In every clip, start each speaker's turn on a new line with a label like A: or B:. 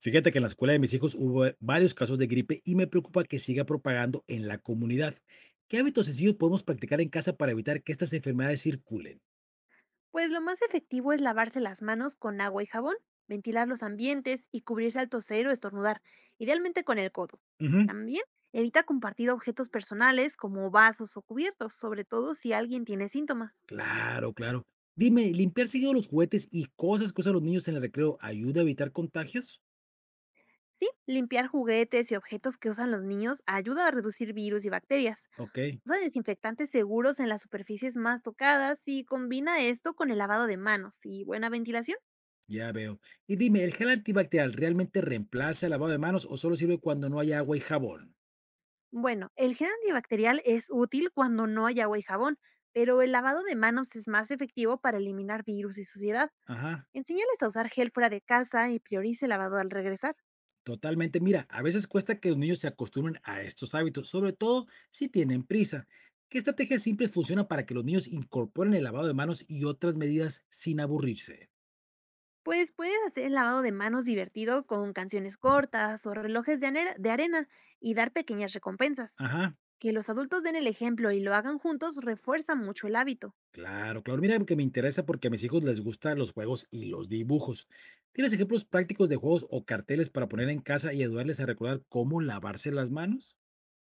A: Fíjate que en la escuela de mis hijos hubo varios casos de gripe y me preocupa que siga propagando en la comunidad. ¿Qué hábitos sencillos podemos practicar en casa para evitar que estas enfermedades circulen?
B: Pues lo más efectivo es lavarse las manos con agua y jabón, ventilar los ambientes y cubrirse al toser o estornudar, idealmente con el codo.
A: Ujú.
B: También evita compartir objetos personales como vasos o cubiertos, sobre todo si alguien tiene síntomas.
A: Claro, claro. Dime, ¿limpiar seguido los juguetes y cosas que usan los niños en el recreo ayuda a evitar contagios?
B: Sí, limpiar juguetes y objetos que usan los niños ayuda a reducir virus y bacterias.
A: Ok,
B: Usa desinfectantes seguros en las superficies más tocadas y combina esto con el lavado de manos y buena ventilación.
A: ya veo. Y dime, ¿el gel antibacterial realmente reemplaza el lavado de manos o solo sirve cuando no hay agua y jabón?
B: Bueno, el gel antibacterial es útil cuando no hay agua y jabón, pero el lavado de manos es más efectivo para eliminar virus y suciedad.
A: Ajá.
B: Enséñales a usar gel fuera de casa y priorice el lavado al regresar.
A: Totalmente. Mira, a veces cuesta que los niños se acostumbren a estos hábitos, sobre todo si tienen prisa. ¿Qué estrategias simples funcionan para que los niños incorporen el lavado de manos y otras medidas sin aburrirse?
B: Pues puedes hacer el lavado de manos divertido con canciones cortas o relojes de arena y dar pequeñas recompensas.
A: Ajá,
B: Que los adultos den el ejemplo y lo hagan juntos refuerza mucho el hábito.
A: claro, claro. Mira que me interesa porque a mis hijos les gustan los juegos y los dibujos. ¿Tienes ejemplos prácticos de juegos o carteles para poner en casa y ayudarles a recordar cómo lavarse las manos?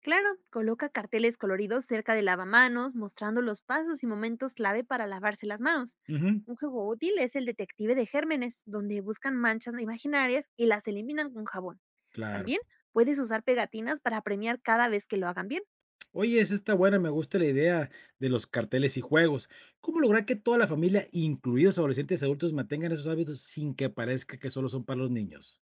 B: Claro, coloca carteles coloridos cerca de lavamanos, mostrando los pasos y momentos clave para lavarse las manos.
A: Ujú,
B: Un juego útil es el detective de gérmenes, donde buscan manchas imaginarias y las eliminan con jabón.
A: claro.
B: También puedes usar pegatinas para premiar cada vez que lo hagan bien.
A: Oye, es esta buena, me gusta la idea de los carteles y juegos. ¿Cómo lograr que toda la familia, incluidos adolescentes y adultos, mantengan esos hábitos sin que parezca que solo son para los niños?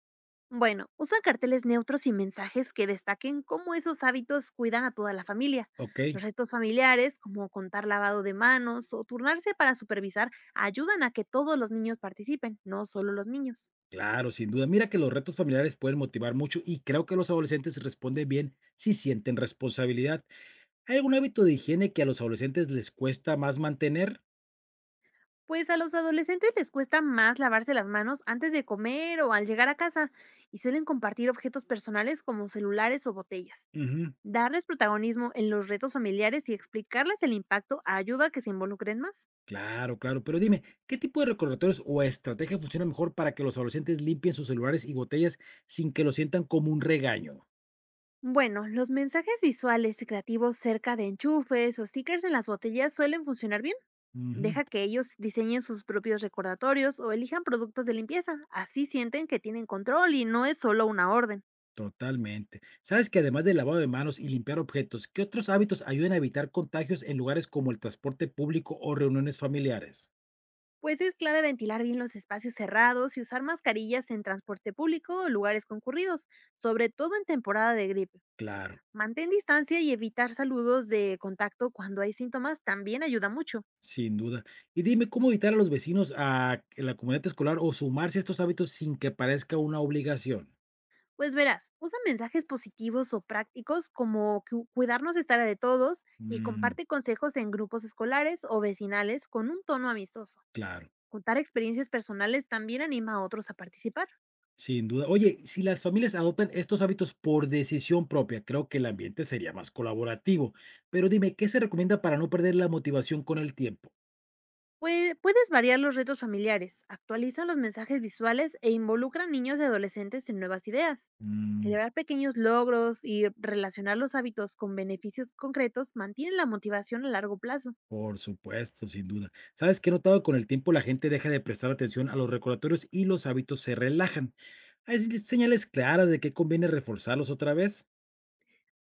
B: Bueno, usa carteles neutros y mensajes que destaquen cómo esos hábitos cuidan a toda la familia.
A: Ok.
B: Los retos familiares, como contar lavado de manos o turnarse para supervisar, ayudan a que todos los niños participen, no
A: s-
B: solo los niños.
A: claro, sin duda. Mira que los retos familiares pueden motivar mucho y creo que los adolescentes responden bien si sienten responsabilidad. ¿Hay algún hábito de higiene que a los adolescentes les cuesta más mantener?
B: Pues a los adolescentes les cuesta más lavarse las manos antes de comer o al llegar a casa y suelen compartir objetos personales como celulares o botellas.
A: Ujú.
B: Darles protagonismo en los retos familiares y explicarles el impacto ayuda a que se involucren más.
A: Claro, claro, pero dime, ¿qué tipo de recordatorios o estrategia funciona mejor para que los adolescentes limpien sus celulares y botellas sin que lo sientan como un regaño?
B: Bueno, los mensajes visuales y creativos cerca de enchufes o stickers en las botellas suelen funcionar bien.
A: Ujú,
B: Deja que ellos diseñen sus propios recordatorios o elijan productos de limpieza. Así sienten que tienen control y no es solo una orden.
A: totalmente. ¿Sabes que además del lavado de manos y limpiar objetos, qué otros hábitos ayudan a evitar contagios en lugares como el transporte público o reuniones familiares?
B: Pues es clave ventilar bien los espacios cerrados y usar mascarillas en transporte público o lugares concurridos, sobre todo en temporada de gripe.
A: Claro,
B: Mantén distancia y evitar saludos de contacto cuando hay síntomas también ayuda mucho.
A: sin duda. Y dime, ¿cómo evitar a los vecinos a que la comunidad escolar o sumarse a estos hábitos sin que parezca una obligación?
B: Pues verás, usa mensajes positivos o prácticos como cuidarnos estará de todos y
A: Mm,
B: comparte consejos en grupos escolares o vecinales con un tono amistoso.
A: claro,
B: Contar experiencias personales también anima a otros a participar.
A: sin duda. Oye, si las familias adoptan estos hábitos por decisión propia, creo que el ambiente sería más colaborativo. Pero dime, ¿qué se recomienda para no perder la motivación con el tiempo?
B: Puedes variar los retos familiares, actualiza los mensajes visuales e involucra a niños y adolescentes en nuevas ideas.
A: Mm.
B: Celebrar pequeños logros y relacionar los hábitos con beneficios concretos mantiene la motivación a largo plazo.
A: Por supuesto, sin duda. ¿Sabes qué he notado? Con el tiempo la gente deja de prestar atención a los recordatorios y los hábitos se relajan. Hay señales claras de que conviene reforzarlos otra vez.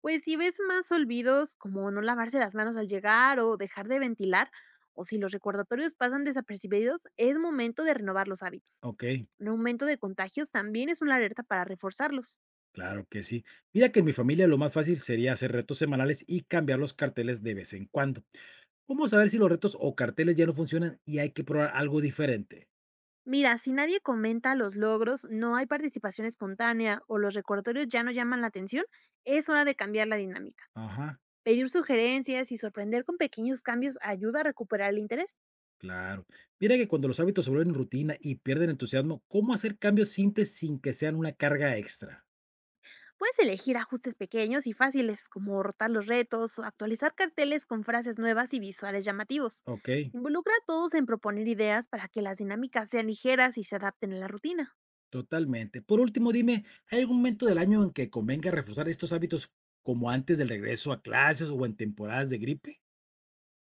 B: Pues si ves más olvidos como no lavarse las manos al llegar o dejar de ventilar, o si los recordatorios pasan desapercibidos, es momento de renovar los hábitos.
A: Ok,
B: Un aumento de contagios también es una alerta para reforzarlos.
A: claro que sí. Mira que en mi familia lo más fácil sería hacer retos semanales y cambiar los carteles de vez en cuando. ¿Cómo saber si los retos o carteles ya no funcionan y hay que probar algo diferente?
B: Mira, si nadie comenta los logros, no hay participación espontánea o los recordatorios ya no llaman la atención, es hora de cambiar la dinámica.
A: Ajá,
B: Pedir sugerencias y sorprender con pequeños cambios ayuda a recuperar el interés.
A: claro. Mira que cuando los hábitos se vuelven rutina y pierden entusiasmo, ¿cómo hacer cambios simples sin que sean una carga extra?
B: Puedes elegir ajustes pequeños y fáciles, como rotar los retos o actualizar carteles con frases nuevas y visuales llamativos.
A: Ok.
B: Involucra a todos en proponer ideas para que las dinámicas sean ligeras y se adapten a la rutina.
A: Totalmente. Por último, dime, ¿hay algún momento del año en que convenga reforzar estos hábitos como antes del regreso a clases o en temporadas de gripe?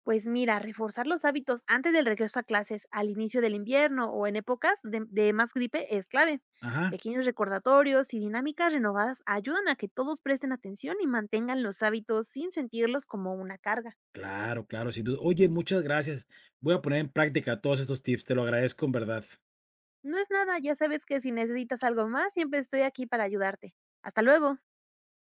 B: Pues mira, reforzar los hábitos antes del regreso a clases, al inicio del invierno o en épocas de más gripe es clave.
A: Ajá,
B: Pequeños recordatorios y dinámicas renovadas ayudan a que todos presten atención y mantengan los hábitos sin sentirlos como una carga.
A: claro, claro, sin duda. Oye, muchas gracias. Voy a poner en práctica todos estos tips, te lo agradezco en verdad.
B: No es nada, ya sabes que si necesitas algo más, siempre estoy aquí para ayudarte. Hasta luego.